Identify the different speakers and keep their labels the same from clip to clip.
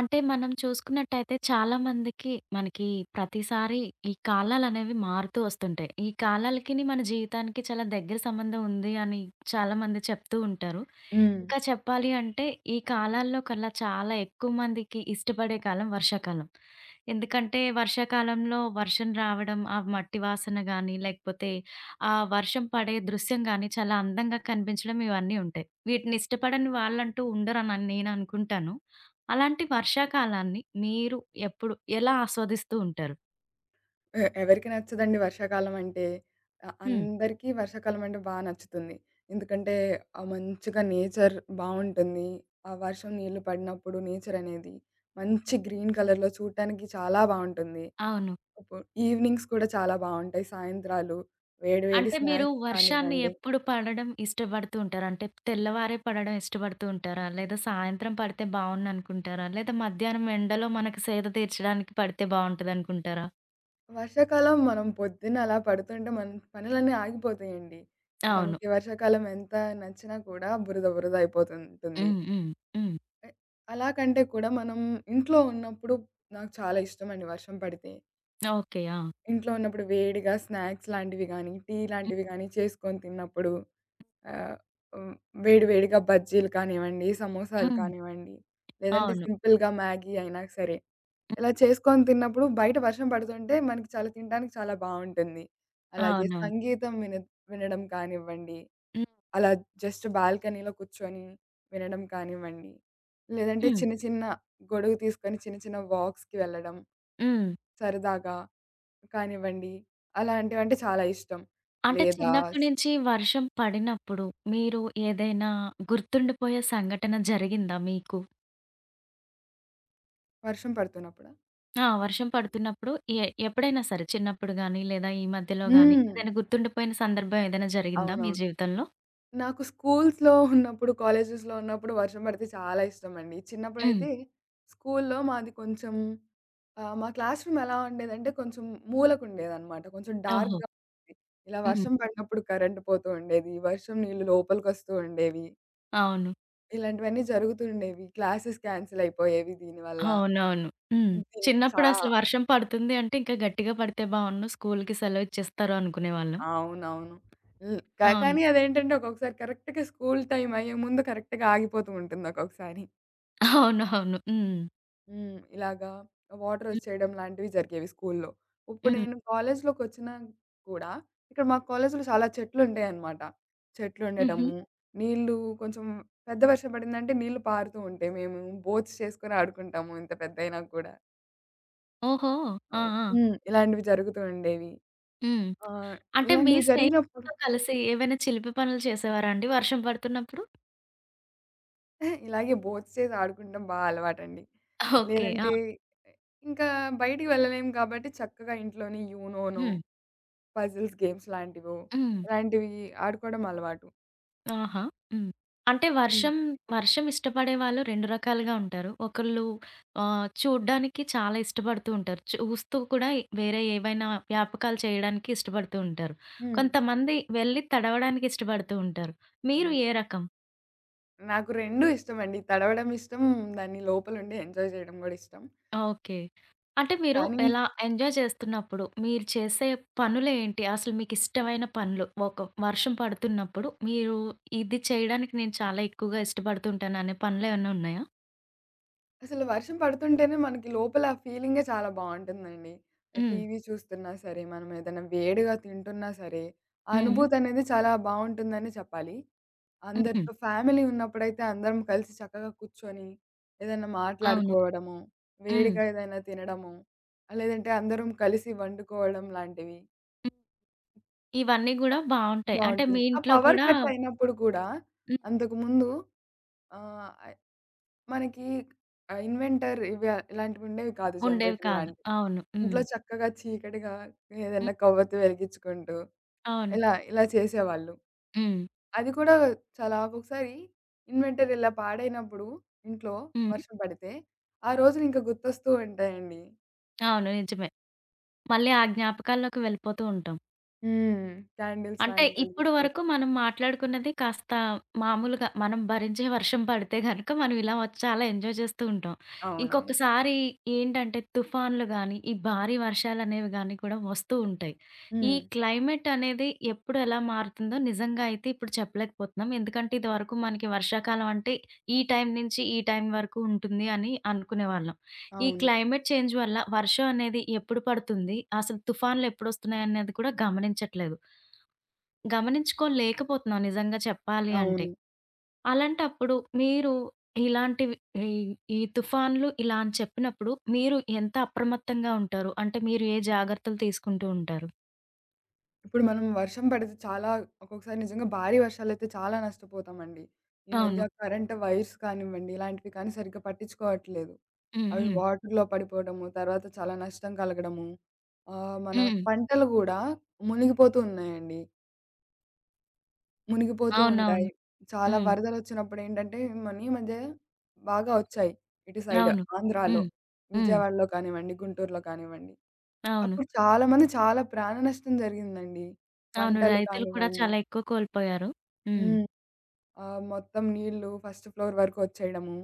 Speaker 1: అంటే మనం చూసుకున్నట్టయితే చాలా మందికి మనకి ప్రతిసారి ఈ కాలాలనేవి మారుతూ వస్తుంటాయి. ఈ కాలాలకిని మన జీవితానికి చాలా దగ్గర సంబంధం ఉంది అని చాలా మంది చెప్తూ ఉంటారు.
Speaker 2: హ్మ్.
Speaker 1: ఇంకా చెప్పాలి అంటే, ఈ కాలాల్లో కల్లా చాలా ఎక్కువ మందికి ఇష్టపడే కాలం వర్షాకాలం. ఎందుకంటే, వర్షాకాలంలో వర్షం రావడం, ఆ మట్టి వాసన గానీ, లేకపోతే ఆ వర్షం పడే దృశ్యం గానీ, చాలా అందంగా కనిపించడం ఇవన్నీ ఉంటాయి. వీటిని ఇష్టపడని వాళ్ళంటూ ఉండరని నేను అనుకుంటాను. అలాంటి వర్షాకాలాన్ని మీరు ఎప్పుడు ఎలా ఆస్వాదిస్తూ ఉంటారు?
Speaker 2: ఎవరికి నచ్చదండి వర్షాకాలం అంటే. అ
Speaker 1: హ్మ్.
Speaker 2: అందరికీ వర్షాకాలం అంటే బా నచ్చుతుంది. ఎందుకంటే మంచిగా నేచర్ బావుంటుంది. ఆ వర్షం నీళ్లు పడినప్పుడు నేచర్ అనేది మంచి గ్రీన్ కలర్‌లో చూడటానికి చాలా బావుంటుంది.
Speaker 1: అవును.
Speaker 2: ఇప్పుడు ఈవినింగ్స్ కూడా చాలా బావుంటాయి. సాయంత్రాలు వేడి వేడి
Speaker 1: అంటే మీరు
Speaker 2: స్నాక్స్
Speaker 1: వర్షాన్ని
Speaker 2: కానివ్వండి.
Speaker 1: ఎప్పుడు పడడం ఇష్టపడుతూ ఉంటారా? అంటే తెల్లవారే పడడం ఇష్టపడుతూ ఉంటారా? లేదా సాయంత్రం పడితే బావుండనుకుంటారా? లేదా మధ్యాహ్నం ఎండలో మనకు సేద తీర్చడానికి పడితే బావుంటదనుకుంటారా?
Speaker 2: వర్షాకాలం మనం పొద్దున్న అలా పడుతుంటే మన పనులన్నీ ఆగిపోతాయండి.
Speaker 1: అవును.
Speaker 2: మనకి వర్షాకాలం ఎంత నచ్చినా కూడా బురద బురద అయిపోతుంటుంది.
Speaker 1: హ్మ్. హ్మ్. హ్మ్.
Speaker 2: ఎ అలా కంటే కూడా మనం ఇంట్లో ఉన్నప్పుడు నాకు చాలా ఇష్టమండి వర్షం పడితే.
Speaker 1: ఓకే. ఆ!
Speaker 2: ఇంట్లో ఉన్నప్పుడు వేడిగా స్నాక్స్ లాంటివి గానీ, టీ
Speaker 1: హ్మ్.
Speaker 2: లాంటివి గానీ చేసుకొని తిన్నప్పుడు ఆహ్, హ్మ్. వేడి వేడిగా బజ్జీలు కానివ్వండి, సమోసాలు
Speaker 1: హ్మ్.
Speaker 2: కానివ్వండి, లేదంటే
Speaker 1: అవును.
Speaker 2: సింపుల్‌గా మ్యాగీ అయినా సరే.
Speaker 1: హ్మ్.
Speaker 2: ఇలా చేసుకొని తిన్నప్పుడు బయట వర్షం పడుతుంటే మనకి చాలా తినడానికి చాలా బావుంటుంది. అలాగే
Speaker 1: అవునవును.
Speaker 2: సంగీతం వినడం కానివ్వండి.
Speaker 1: హ్మ్.
Speaker 2: అలా జస్ట్ బాల్కనీలో కూర్చొని వినడం కానివ్వండి. లేదంటే
Speaker 1: హ్మ్.
Speaker 2: చిన్న చిన్న గొడుగు తీసుకొని చిన్న చిన్న వాక్స్‌కి వెళ్ళడం
Speaker 1: హ్మ్.
Speaker 2: సరదాగా కానివ్వండి. అలాంటివంటే చాలా ఇష్టం.
Speaker 1: అంటే
Speaker 2: లేదా
Speaker 1: చిన్నప్పటి
Speaker 2: స్
Speaker 1: నుంచి వర్షం పడినప్పుడు మీరు ఏదైనా గుర్తుండిపోయే సంఘటన జరిగిందా మీకు?
Speaker 2: వర్షం పడుతున్నప్పుడా?
Speaker 1: ఆ! వర్షం పడుతున్నప్పుడు ఎప్పుడైనా సరే చిన్నప్పుడు గాని, లేదా ఈ మధ్యలో గాని
Speaker 2: హ్మ్.
Speaker 1: ఏదైనా గుర్తుండిపోయిన సందర్భం ఏదైనా జరిగిందా మీ
Speaker 2: అవునవును.
Speaker 1: జీవితంలో?
Speaker 2: నాకు స్కూల్స్‌లో ఉన్నప్పుడు, కాలేజెస్‌లో ఉన్నప్పుడు వర్షం పడితే చాలా ఇష్టమండి.
Speaker 1: హ్మ్.
Speaker 2: చిన్నప్పుడైతే స్కూల్‌లో మాది కొంచెం మా క్లాస్ రూమ్ ఎలా ఉండేదంటే కొంచెం మూలకుండేదనమాట. కొంచెం
Speaker 1: ఓహో!
Speaker 2: డార్క్‌గా ఉండేది. ఇలా
Speaker 1: హ్మ్.
Speaker 2: వర్షం పడినప్పుడు కరెంట్ పోతూ ఉండేది. వర్షం నీళ్లు లోపలికొస్తూ ఉండేవి.
Speaker 1: అవును.
Speaker 2: ఇలాంటివన్నీ జరుగుతూ ఉండేవి. క్లాసెస్ క్యాన్సిల్ అయిపోయేవి దీనివల్ల.
Speaker 1: అవునవును. హ్మ్.
Speaker 2: అంతే
Speaker 1: చిన్నప్పుడు
Speaker 2: చాలా
Speaker 1: అసలు వర్షం పడుతుంది అంటే ఇంకా గట్టిగా పడితే బావున్ను స్కూలుకి సెలవు ఇచ్చేస్తారు అనుకునేవాళ్ళం.
Speaker 2: అవునవును. హ్మ్. కా
Speaker 1: అవును.
Speaker 2: కానీ అదేంటంటే ఒక్కొక్కసారి కరెక్ట్‌గా స్కూల్ టైమ్ అయ్యే ముందు కరెక్ట్‌గా ఆగిపోతూ ఉంటుంది ఒక్కొక్కసారి.
Speaker 1: అవునవును. హ్మ్.
Speaker 2: హ్మ్. ఇలాగా
Speaker 1: హ్మ్.
Speaker 2: వాటరొచ్చేయడం లాంటివి జరిగేవి స్కూలులో. ఇప్పుడు
Speaker 1: హ్మ్.
Speaker 2: నేను కాలేజీలోకొచ్చినా కూడా, ఇక్కడ మా కాలేజీలో చాలా చెట్లుంటాయనమాట.
Speaker 1: హుహు.
Speaker 2: చెట్లుండటము, నీళ్ళు కొంచెం పెద్ద వర్షం పడిందంటే నీళ్ళు పారుతూ ఉంటాయి. మేము బోట్స్ చేసుకొని ఆడుకుంటాము ఇంత పెద్దయినా కూడా.
Speaker 1: ఓహో! ఆ!
Speaker 2: ఓహ్!
Speaker 1: ఆ!
Speaker 2: హ్మ్. ఇలాంటివి జరుగుతూ ఉండేవి.
Speaker 1: హ్మ్.
Speaker 2: ఆహ్,
Speaker 1: అంటే మీ
Speaker 2: ఇలాంటివి జరిగినప్పుడు
Speaker 1: స్నేహితులతో కలిసి ఏవైనా చిలిపి పనులు చేసేవారా అండి వర్షం పడుతున్నప్పుడు?
Speaker 2: ఇలాగే బోట్స్ చేసి ఆడుకుంటం బా అలవాటండి.
Speaker 1: ఓకే.
Speaker 2: లేదంటే
Speaker 1: ఆ!
Speaker 2: ఇంకా బయటికి వెళ్ళలేము కాబట్టి చక్కగా ఇంట్లోనే యూనోనో
Speaker 1: హ్మ్.
Speaker 2: పజిల్స్ గేమ్స్ లాంటివో,
Speaker 1: హ్మ్.
Speaker 2: ఇలాంటివి ఆడుకోవడం అలవాటు.
Speaker 1: ఆహా! హ్మ్. అంటే
Speaker 2: హ్మ్.
Speaker 1: వర్షం ఇష్టపడే వాళ్ళు 2 రకాలుగా ఉంటారు. ఒకళ్ళు చూడ్డానికి చాలా ఇష్టపడుతూ ఉంటారు. చూస్తూ కూడా వేరే ఏవైనా వ్యాపకాలు చేయడానికి ఇష్టపడుతూ ఉంటారు.
Speaker 2: హ్మ్.
Speaker 1: కొంతమంది వెళ్లి తడవడానికి ఇష్టపడుతూ ఉంటారు. మీరు
Speaker 2: హ్మ్.
Speaker 1: ఏ రకం?
Speaker 2: నాకు 2 ఇష్టమండి. తడవడం ఇష్టం, దాన్ని లోపలుండి ఎంజాయ్ చేయడం గూడా ఇష్టం.
Speaker 1: ఓకే. అంటే మీరు
Speaker 2: కానీ
Speaker 1: ఎలా ఎంజాయ్ చేస్తున్నప్పుడు మీరు చేసే పనులేంటి? అసలు మీకిష్టమైన పనులు? ఒక వర్షం పడుతున్నప్పుడు మీరు ఇది చేయడానికి నేను చాలా ఎక్కువగా ఇష్టపడుతుంటాను అనే పనులేమన్నా ఉన్నాయా?
Speaker 2: అసలు వర్షం పడుతుంటేనే మనకి లోపల ఆ ఫీలింగే చాలా బావుంటుందండి.
Speaker 1: హ్మ్.
Speaker 2: టీవీ చూస్తున్నా సరే, మనం ఏదైనా వేడిగా తింటున్నా సరే, ఆ
Speaker 1: హ్మ్.
Speaker 2: అనుభూతి అనేది చాలా బావుంటుందనే చెప్పాలి.
Speaker 1: హుహు.
Speaker 2: అందరితో ఫ్యామిలీ ఉన్నప్పుడైతే అందరం కలిసి చక్కగా కూర్చొని, ఏదైనా
Speaker 1: అవును.
Speaker 2: మాట్లాడుకోవడము,
Speaker 1: హ్మ్.
Speaker 2: వేడిగా ఏదైనా తినడము, ఆ లేదంటే అందరం కలిసి వండుకోవడం లాంటివి
Speaker 1: హ్మ్. ఇవన్నీ గూడా బావుంటాయి. అంటే మీ
Speaker 2: బావుంటుంది. ఆ
Speaker 1: ఇంట్లో
Speaker 2: పవర్
Speaker 1: కూడా
Speaker 2: కట్ అయినప్పుడు కూడా
Speaker 1: హ్మ్.
Speaker 2: అంతకుముందు ఆహ్, మనకి ఇన్వెంటర్ ఇవి ఇలాంటివుండేవి కాదు
Speaker 1: ఉండేవి
Speaker 2: జనరేటర్
Speaker 1: కాదు.
Speaker 2: లాంటివి.
Speaker 1: అవును. హ్మ్.
Speaker 2: ఇంట్లో చక్కగా చీకటిగా
Speaker 1: హ్మ్.
Speaker 2: ఏదన్నా కొవ్వొత్తి వెలిగించుకుంటూ,
Speaker 1: అవును.
Speaker 2: ఇలా ఇలా చేసేవాళ్ళు.
Speaker 1: హ్మ్.
Speaker 2: అది కూడా చాలా ఒక్కొక్కసారి ఇన్వెంటర్ ఇలా పాడైనప్పుడు ఇంట్లో
Speaker 1: హ్మ్.
Speaker 2: వర్షం పడితే, ఆ రోజులు ఇంకా గుర్తొస్తూ ఉంటాయండి.
Speaker 1: అవును. నిజమే. మళ్ళీ ఆ జ్ఞాపకాల్లోకి వెళ్ళిపోతూ ఉంటాం.
Speaker 2: హ్మ్. క్యాండిల్స్
Speaker 1: అంటే
Speaker 2: లాంటివి
Speaker 1: ఇప్పుడు
Speaker 2: వెలిగించుకోవడం.
Speaker 1: వరకు మనం మాట్లాడుకున్నది కాస్త మామూలుగా మనం భరించే వర్షం పడితే గనక మనం ఇలా చాలా ఎంజాయ్ చేస్తూ ఉంటాం.
Speaker 2: అవునవును.
Speaker 1: ఇంకొకసారి ఏంటంటే తుఫాన్లు గాని, ఈ భారీ వర్షాలనేవి గాని కూడా వస్తూ ఉంటాయి. ఈ
Speaker 2: హ్మ్.
Speaker 1: క్లైమేట్ అనేది ఎప్పుడు ఎలా మారుతుందో నిజంగా అయితే ఇప్పుడు చెప్పలేకపోతున్నాం. ఎందుకంటే ఇదివరకు మనకి వర్షాకాలం అంటే ఈ టైం నుంచి ఈ టైం వరకు ఉంటుంది అని అనుకునేవాళ్ళం. ఈ
Speaker 2: అవును.
Speaker 1: క్లైమేట్ చేంజ్ వల్ల వర్షం అనేది ఎప్పుడు పడుతుంది? అసలు తుఫాన్లు ఎప్పుడొస్తున్నాయనేది కూడా గమనించట్లేదు. గమనించుకోలేకపోతున్నాం నిజంగా చెప్పాలి అంటే.
Speaker 2: అవును.
Speaker 1: అలాంటప్పుడు మీరు ఇలాంటివి ఈ ఈ తుఫాన్లు ఇలా అని చెప్పినప్పుడు మీరు ఎంత అప్రమత్తంగా ఉంటారు? అంటే మీరు ఏ జాగ్రత్తలు తీసుకుంటూ ఉంటారు?
Speaker 2: ఇప్పుడు మనం వర్షం పడితే చాలా ఒక్కొక్కసారి నిజంగా భారీ వర్షాలైతే చాలా నష్టపోతామండి. ఈ
Speaker 1: అవును.
Speaker 2: మధ్య కరెంట్ వైర్స్ కానివ్వండి, ఇలాంటివి కానీ సరిగ్గా పట్టించుకోవట్లేదు.
Speaker 1: హ్మ్.
Speaker 2: అవి
Speaker 1: హ్మ్.
Speaker 2: వాటర్‌లో పడిపోవడము, తర్వాత చాలా నష్టం కలగడము. మన
Speaker 1: హ్మ్.
Speaker 2: పంటలు గూడా మునిగిపోతూ ఉన్నాయండి. మునిగిపోతూ
Speaker 1: అవునవును.
Speaker 2: ఉంటాయి. చాలా
Speaker 1: హ్మ్.
Speaker 2: వరదలొచ్చినప్పుడేంటంటే, మన ఈ మధ్య బాగా ఒచ్చాయి. ఇటు సైడ్
Speaker 1: అవును.
Speaker 2: ఆంధ్రాలో,
Speaker 1: హ్మ్. హ్మ్.
Speaker 2: విజయవాడలో కానివ్వండి, గుంటూరులో కానివ్వండి.
Speaker 1: అవును.
Speaker 2: అప్పుడు చాలా మంది చాలా ప్రాణ నష్టం జరిగిందండి.
Speaker 1: అవును.
Speaker 2: పంటలు
Speaker 1: రైతులు కూడా
Speaker 2: కానివ్వండి.
Speaker 1: చాలా ఎక్కువ కోల్పోయారు. హ్మ్.
Speaker 2: హ్మ్. మొత్తం నీళ్ళు ఫస్ట్ ఫ్లోర్ వరకు వచ్చేయడము.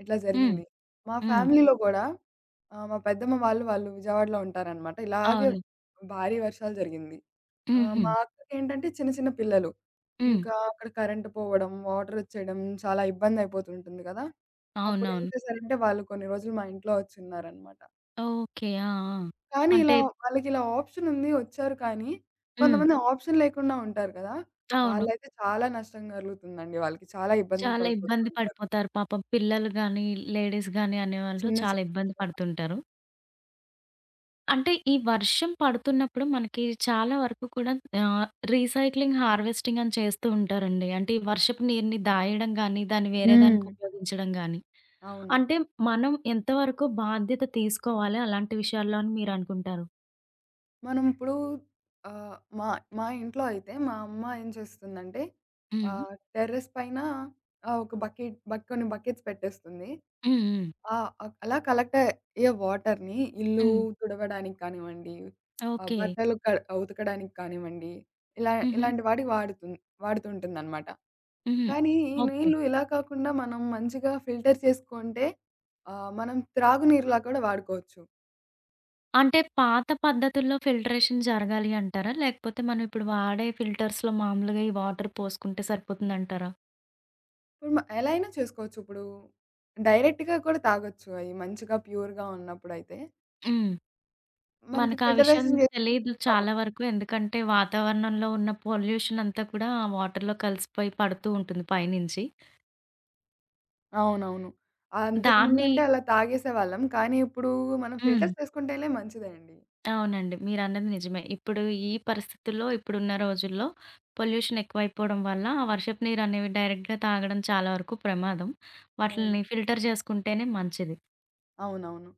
Speaker 2: ఇట్లా
Speaker 1: హ్మ్.
Speaker 2: జరిగింది. మా
Speaker 1: హ్మ్.
Speaker 2: ఫ్యామిలీలో గూడా మా పెద్దమ్మ వాళ్ళు విజయవాడలో ఉంటారనమాట. ఇలాగే
Speaker 1: అవును.
Speaker 2: భారీ వర్షాలు జరిగింది.
Speaker 1: హుహు.
Speaker 2: మా అక్కకేంటంటే చిన్న చిన్న పిల్లలు.
Speaker 1: హ్మ్.
Speaker 2: ఇంకా అక్కడ కరెంట్ పోవడం, వాటర్ వచ్చేయడం చాలా ఇబ్బంది అయిపోతుంటుంది గదా! అప్పుడు ఏం
Speaker 1: అవునవును.
Speaker 2: చేశారంటే వాళ్ళు కొన్ని రోజులు మా ఇంట్లో వచ్చున్నారనమాట.
Speaker 1: ఓకే. ఆ! ఆ!
Speaker 2: కానీ
Speaker 1: అంటే
Speaker 2: ఇలా వాళ్ళకిలా ఆప్షన్ ఉంది వచ్చారు కానీ,
Speaker 1: హ్మ్.
Speaker 2: కొంతమంది ఆప్షన్ లేకుండా ఉంటారు కదా!
Speaker 1: అవును.
Speaker 2: వాళ్ళైతే చాలా నష్టం కలుగుతుందండి. వాళ్ళకి చాలా ఇబ్బందులు
Speaker 1: చాలా
Speaker 2: పడిపోతూ
Speaker 1: ఇబ్బంది
Speaker 2: ఉంటారు.
Speaker 1: పడిపోతారు పాపం. పిల్లలు గాని, లేడీస్ గాని అనేవాళ్ళు
Speaker 2: చిన్న చి
Speaker 1: చాలా ఇబ్బంది పడుతుంటారు. అంటే ఈ వర్షం పడుతున్నప్పుడు మనకి చాలా వరకు కూడా ఆహ్, రీసైక్లింగ్, హార్వెస్టింగ్ అని చేస్తూ ఉంటారండి. అంటే ఈ వర్షపు నీరుని దాయడం గాని, దాన్ని వేరే దానికి
Speaker 2: హ్మ్.
Speaker 1: ఉపయోగించడం గాని.
Speaker 2: అవును.
Speaker 1: అంటే మనం ఎంతవరకు బాధ్యత తీసుకోవాలి అలాంటి విషయాల్లో అని మీరనుకుంటారు?
Speaker 2: మనం ఇప్పుడు మా మా ఇంట్లో అయితే మా అమ్మ ఏం చేస్తుందంటే
Speaker 1: హ్మ్.
Speaker 2: టెర్రస్ పైన ఒక బకెట్ బక్ కొన్ని బకెట్స్ పెట్టేస్తుంది.
Speaker 1: హ్మ్. హ్మ్.
Speaker 2: ఆ! అలా కలెక్ట్ అయ్యే వాటర్‌ని ఇల్లు
Speaker 1: హ్మ్.
Speaker 2: తుడవడానికి కానివ్వండి,
Speaker 1: ఓకే.
Speaker 2: బట్టలు ఉతకడానికి కానివ్వండి, ఇలా
Speaker 1: హుహు.
Speaker 2: ఇలాంటి వాటికి వాడుతుంటుందనమాట.
Speaker 1: హుహు.
Speaker 2: కానీ ఈ
Speaker 1: ఓకే.
Speaker 2: నీళ్ళు ఇలా కాకుండా మనం మంచిగా ఫిల్టర్ చేసుకుంటే మనం త్రాగునీరులా కూడా వాడుకోవచ్చు.
Speaker 1: అంటే పాత పద్ధతుల్లో ఫిల్టరేషన్ జరగాలి అంటారా? లేకపోతే మనం ఇప్పుడు వాడే ఫిల్టర్స్‌లో మామూలుగా ఈ వాటర్ పోసుకుంటే సరిపోతుందంటారా?
Speaker 2: ఇప్పుడు మ ఎలా అయినా చేసుకోవచ్చు. ఇప్పుడు డైరెక్ట్‌గా కూడా తాగొచ్చు అయి మంచిగా ప్యూర్‌గా ఉన్నప్పుడైతే.
Speaker 1: హ్మ్.
Speaker 2: మనకి
Speaker 1: మనకా విషయం
Speaker 2: ఫిల్టరైజేషన్
Speaker 1: తెలీదు
Speaker 2: చేసుకుంటాం కాబ.
Speaker 1: చాలా వరకు. ఎందుకంటే వాతావరణంలో ఉన్న పొల్యూషన్ అంతా కూడా ఆ వాటర్‌లో కలిసిపోయి పడుతూ ఉంటుంది పైనుంచి.
Speaker 2: అవునవును.
Speaker 1: దాన్ని
Speaker 2: అంతకుముందంటే అలా తాగేసేవాళ్ళం. కానీ ఇప్పుడు మనం
Speaker 1: హ్మ్.
Speaker 2: ఫిల్టర్స్ వేసుకుంటేనే మంచిదే అండి.
Speaker 1: అవునండి. మీరన్నది నిజమే. ఇప్పుడు ఈ పరిస్థితుల్లో ఇప్పుడున్న రోజుల్లో పొల్యూషన్ ఎక్కువైపోవడం వల్ల ఆ వర్షపు నీరనేవి డైరెక్ట్‌గా తాగడం చాలా వరకు ప్రమాదం.
Speaker 2: అవును.
Speaker 1: వాటిల్ని ఫిల్టర్ చేసుకుంటేనే మంచిది.
Speaker 2: అవునవును.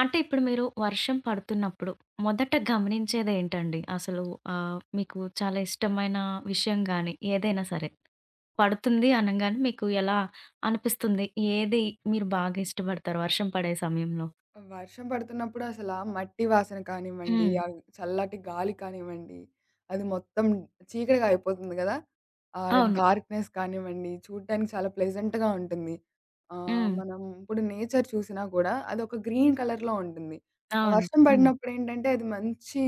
Speaker 1: అంటే ఇప్పుడు మీరు వర్షం పడుతున్నప్పుడు మొదట గమనించేదేంటండి? అసలు మీకు చాలా ఇష్టమైన విషయం గాని, ఏదైనా సరే. పడుతుంది అనంగానే మీకు ఎలా అనిపిస్తుంది? ఏది మీరు బాగా ఇష్టపడతారు వర్షం పడే సమయంలో?
Speaker 2: వర్షం పడుతున్నప్పుడు అసల ఆ మట్టి వాసన కానివ్వండి,
Speaker 1: హ్మ్.
Speaker 2: ఆ చల్లటి గాలి కానివ్వండి, అది మొత్తం చీకటిగా అయిపోతుంది గదా! ఆ
Speaker 1: అవును.
Speaker 2: డార్క్‌నెస్ కానివ్వండి, చూడటానికి చాలా ప్లెజెంట్‌గా ఉంటుంది.
Speaker 1: హ్మ్.
Speaker 2: మనం ఇప్పుడు నేచర్ చూసినా గూడా అదొక గ్రీన్ కలర్‌లో ఉంటుంది. ఆ
Speaker 1: అవును.
Speaker 2: వర్షం
Speaker 1: హ్మ్.
Speaker 2: పడినప్పుడేంటంటే అది మంచి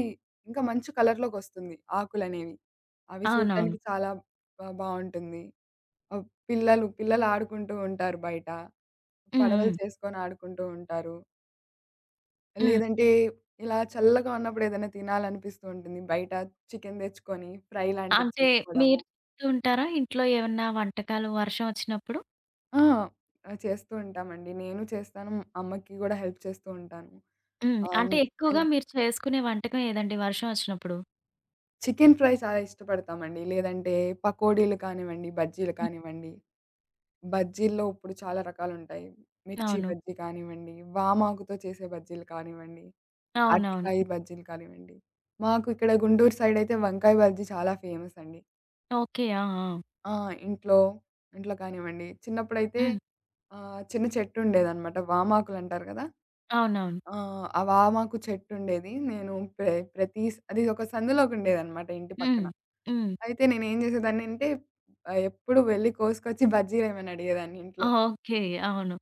Speaker 2: ఇంకా మంచి కలర్‌లోకొస్తుంది ఆకులనేవి. అవి
Speaker 1: అవునవును.
Speaker 2: చూడటానికి చాలా బావుంటుంది. పిల్లలు పిల్లలు ఆడుకుంటూ ఉంటారు బయట.
Speaker 1: హ్మ్.
Speaker 2: పడవలు
Speaker 1: హ్మ్.
Speaker 2: చేసుకొని ఆడుకుంటూ ఉంటారు.
Speaker 1: హ్మ్.
Speaker 2: లేదంటే ఇలా చల్లగా ఉన్నప్పుడు ఏదైనా తినాలనిపిస్తూ ఉంటుంది. బయట చికెన్ తెచ్చుకొని ఫ్రై లాంటిది
Speaker 1: అంటే
Speaker 2: చేసుకోవడము.
Speaker 1: మీరు చేస్తూ ఉంటారా ఇంట్లో ఏమన్నా వంటకాలు వర్షం వచ్చినప్పుడు?
Speaker 2: ఆ! చేస్తూ ఉంటామండి. నేను చేస్తాను. అమ్మకి గూడా హెల్ప్ చేస్తూ ఉంటాను.
Speaker 1: హ్మ్.
Speaker 2: ఆహ్,
Speaker 1: అంటే ఎక్కువగా
Speaker 2: ఇలా
Speaker 1: మీరు చేసుకునే వంటకం ఏదండి వర్షం వచ్చినప్పుడు?
Speaker 2: చికెన్ ఫ్రై చాలా ఇష్టపడతామండి. లేదంటే పకోడీలు కానివ్వండి, బజ్జీలు
Speaker 1: హ్మ్.
Speaker 2: కానివ్వండి. బజ్జీల్లో ఇప్పుడు చాలా రకాలుంటాయి. మిర్చి
Speaker 1: అవును.
Speaker 2: బజ్జీ కానివ్వండి, వామాకుతో చేసే బజ్జీలు కానివ్వండి,
Speaker 1: అవునవును.
Speaker 2: అరటికాయ బజ్జీలు కానివ్వండి. మాకు ఇక్కడ గుంటూరు సైడ్ అయితే వంకాయ బజ్జీ చాలా ఫేమస్ అండి.
Speaker 1: ఓకే. ఆ! ఆ!
Speaker 2: ఆ! ఇంట్లో, ఇంట్లో కానివ్వండి. చిన్నప్పుడైతే
Speaker 1: హ్మ్.
Speaker 2: చిన్న చెట్టుండేదనమాట. వామాకులంటారు కదా!
Speaker 1: అవునవును.
Speaker 2: ఆ వామాకు చెట్టుండేది. నేను ప్రె ప్రతి స్ అది ఒక సందులోకుండేదనమాట ఇంటి
Speaker 1: హ్మ్.
Speaker 2: పక్కన.
Speaker 1: హ్మ్.
Speaker 2: అయితే నేనేం చేసేదాన్నంటే ఎప్పుడు వెళ్లి కోసుకొచ్చి బజ్జీలేమని అడిగేదాన్ని ఇంట్లో.
Speaker 1: ఓకే. అవును.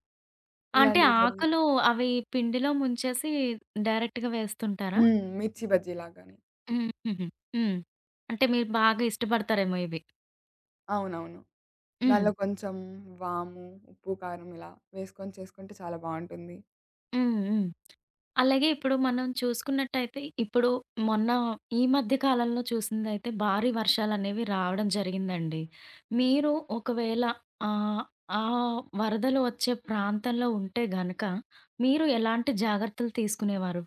Speaker 1: అంటే
Speaker 2: ఇలాంటివి జరిగేవి.
Speaker 1: ఆకులు అవి పిండిలో ముంచేసి డైరెక్ట్‌గా వేస్తుంటారా?
Speaker 2: హ్మ్. మిర్చి బజ్జీలాగానే.
Speaker 1: హుహుహు. హ్మ్. అంటే మీరు బాగా ఇష్టపడతారేమో ఇవి.
Speaker 2: అవునవును.
Speaker 1: హ్మ్.
Speaker 2: దానిలో కొంచెం వాము, ఉప్పు, కారం ఇలా వేసుకొని చేసుకుంటే చాలా బావుంటుంది.
Speaker 1: హ్మ్. హ్మ్. అలాగే ఇప్పుడు మనం చూసుకున్నట్టయితే, ఇప్పుడు మొన్న ఈ మధ్య కాలంలో చూసిందైతే భారీ వర్షాలనేవి రావడం జరిగిందండి. మీరు ఒకవేళ ఆహ్, ఆ వరదలు వచ్చే ప్రాంతంలో ఉంటే గనక, మీరు ఎలాంటి జాగ్రత్తలు తీసుకునేవారు?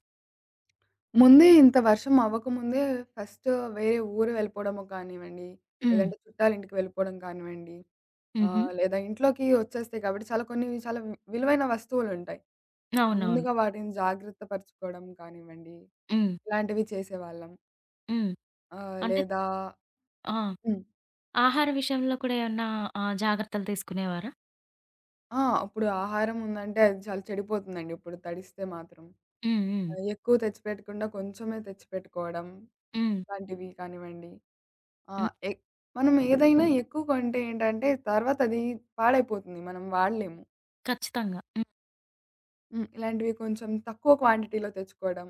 Speaker 2: ముందే ఇంత వర్షం అవ్వకముందే ఫస్ట్ వేరే ఊరు వెళ్ళిపోవడము కానివ్వండి,
Speaker 1: హ్మ్.
Speaker 2: లేదంటే చుట్టాలింటికి వెళ్ళిపోవడం కానివ్వండి,
Speaker 1: హుహు.
Speaker 2: లేదా ఇంట్లోకి వచ్చేస్తాయి కాబట్టి చాలా కొన్ని చాలా విలువైన వస్తువులుంటాయి.
Speaker 1: అవునవును.
Speaker 2: ముందుగా వాటిని జాగ్రత్త పరుచుకోవడం కానివ్వండి,
Speaker 1: హ్మ్.
Speaker 2: ఇలాంటివి చేసేవాళ్ళం.
Speaker 1: హ్మ్. అంటే
Speaker 2: లేదా
Speaker 1: ఆ!
Speaker 2: హ్మ్.
Speaker 1: ఆహార విషయంలో కూడా ఏమన్నా జాగ్రత్తలు తీసుకునేవారా?
Speaker 2: ఆ! ఇప్పుడు ఆహారం ఉందంటే అది చాలా చెడిపోతుందండి ఇప్పుడు తడిస్తే మాత్రం.
Speaker 1: హ్మ్. హ్మ్.
Speaker 2: ఆ, ఎక్కువ తెచ్చిపెట్టకుండా కొంచెమే తెచ్చిపెట్టుకోవడం,
Speaker 1: హ్మ్.
Speaker 2: ఇలాంటివి కానివ్వండి. ఆ!
Speaker 1: హ్మ్.
Speaker 2: ఎ మనం ఏదైనా ఎక్కువ కొంటే ఏంటంటే తర్వాత అది పాడైపోతుంది. మనం వాడలేము.
Speaker 1: ఖచ్చితంగా.
Speaker 2: హ్మ్. ఇలాంటివి కొంచెం తక్కువ క్వాంటిటీలో తెచ్చుకోవడం,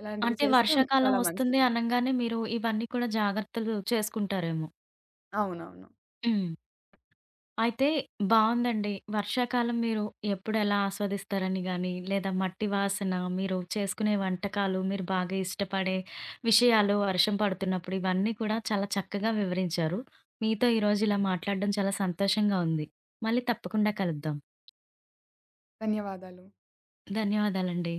Speaker 2: ఇలాంటివి
Speaker 1: అంటే
Speaker 2: చేస్తే
Speaker 1: వర్షాకాలం
Speaker 2: చాలా
Speaker 1: వస్తుంది
Speaker 2: మంచిది.
Speaker 1: అనంగానే మీరు ఇవన్నీ కూడా జాగ్రత్తలు చేసుకుంటారేమో.
Speaker 2: అవునవును.
Speaker 1: హ్మ్. అయితే బావుందండి. వర్షాకాలం మీరు ఎప్పుడెలా ఆస్వాదిస్తారని గాని, లేదా మట్టి వాసన, మీరు చేసుకునే వంటకాలు, మీరు బాగా ఇష్టపడే విషయాలు, వర్షం పడుతున్నప్పుడు ఇవన్నీ కూడా చాలా చక్కగా వివరించారు. మీతో ఈరోజు ఇలా మాట్లాడడం చాలా సంతోషంగా ఉంది. మళ్ళీ తప్పకుండా కలుద్దాం.
Speaker 2: ధన్యవాదాలు.
Speaker 1: ధన్యవాదాలండి.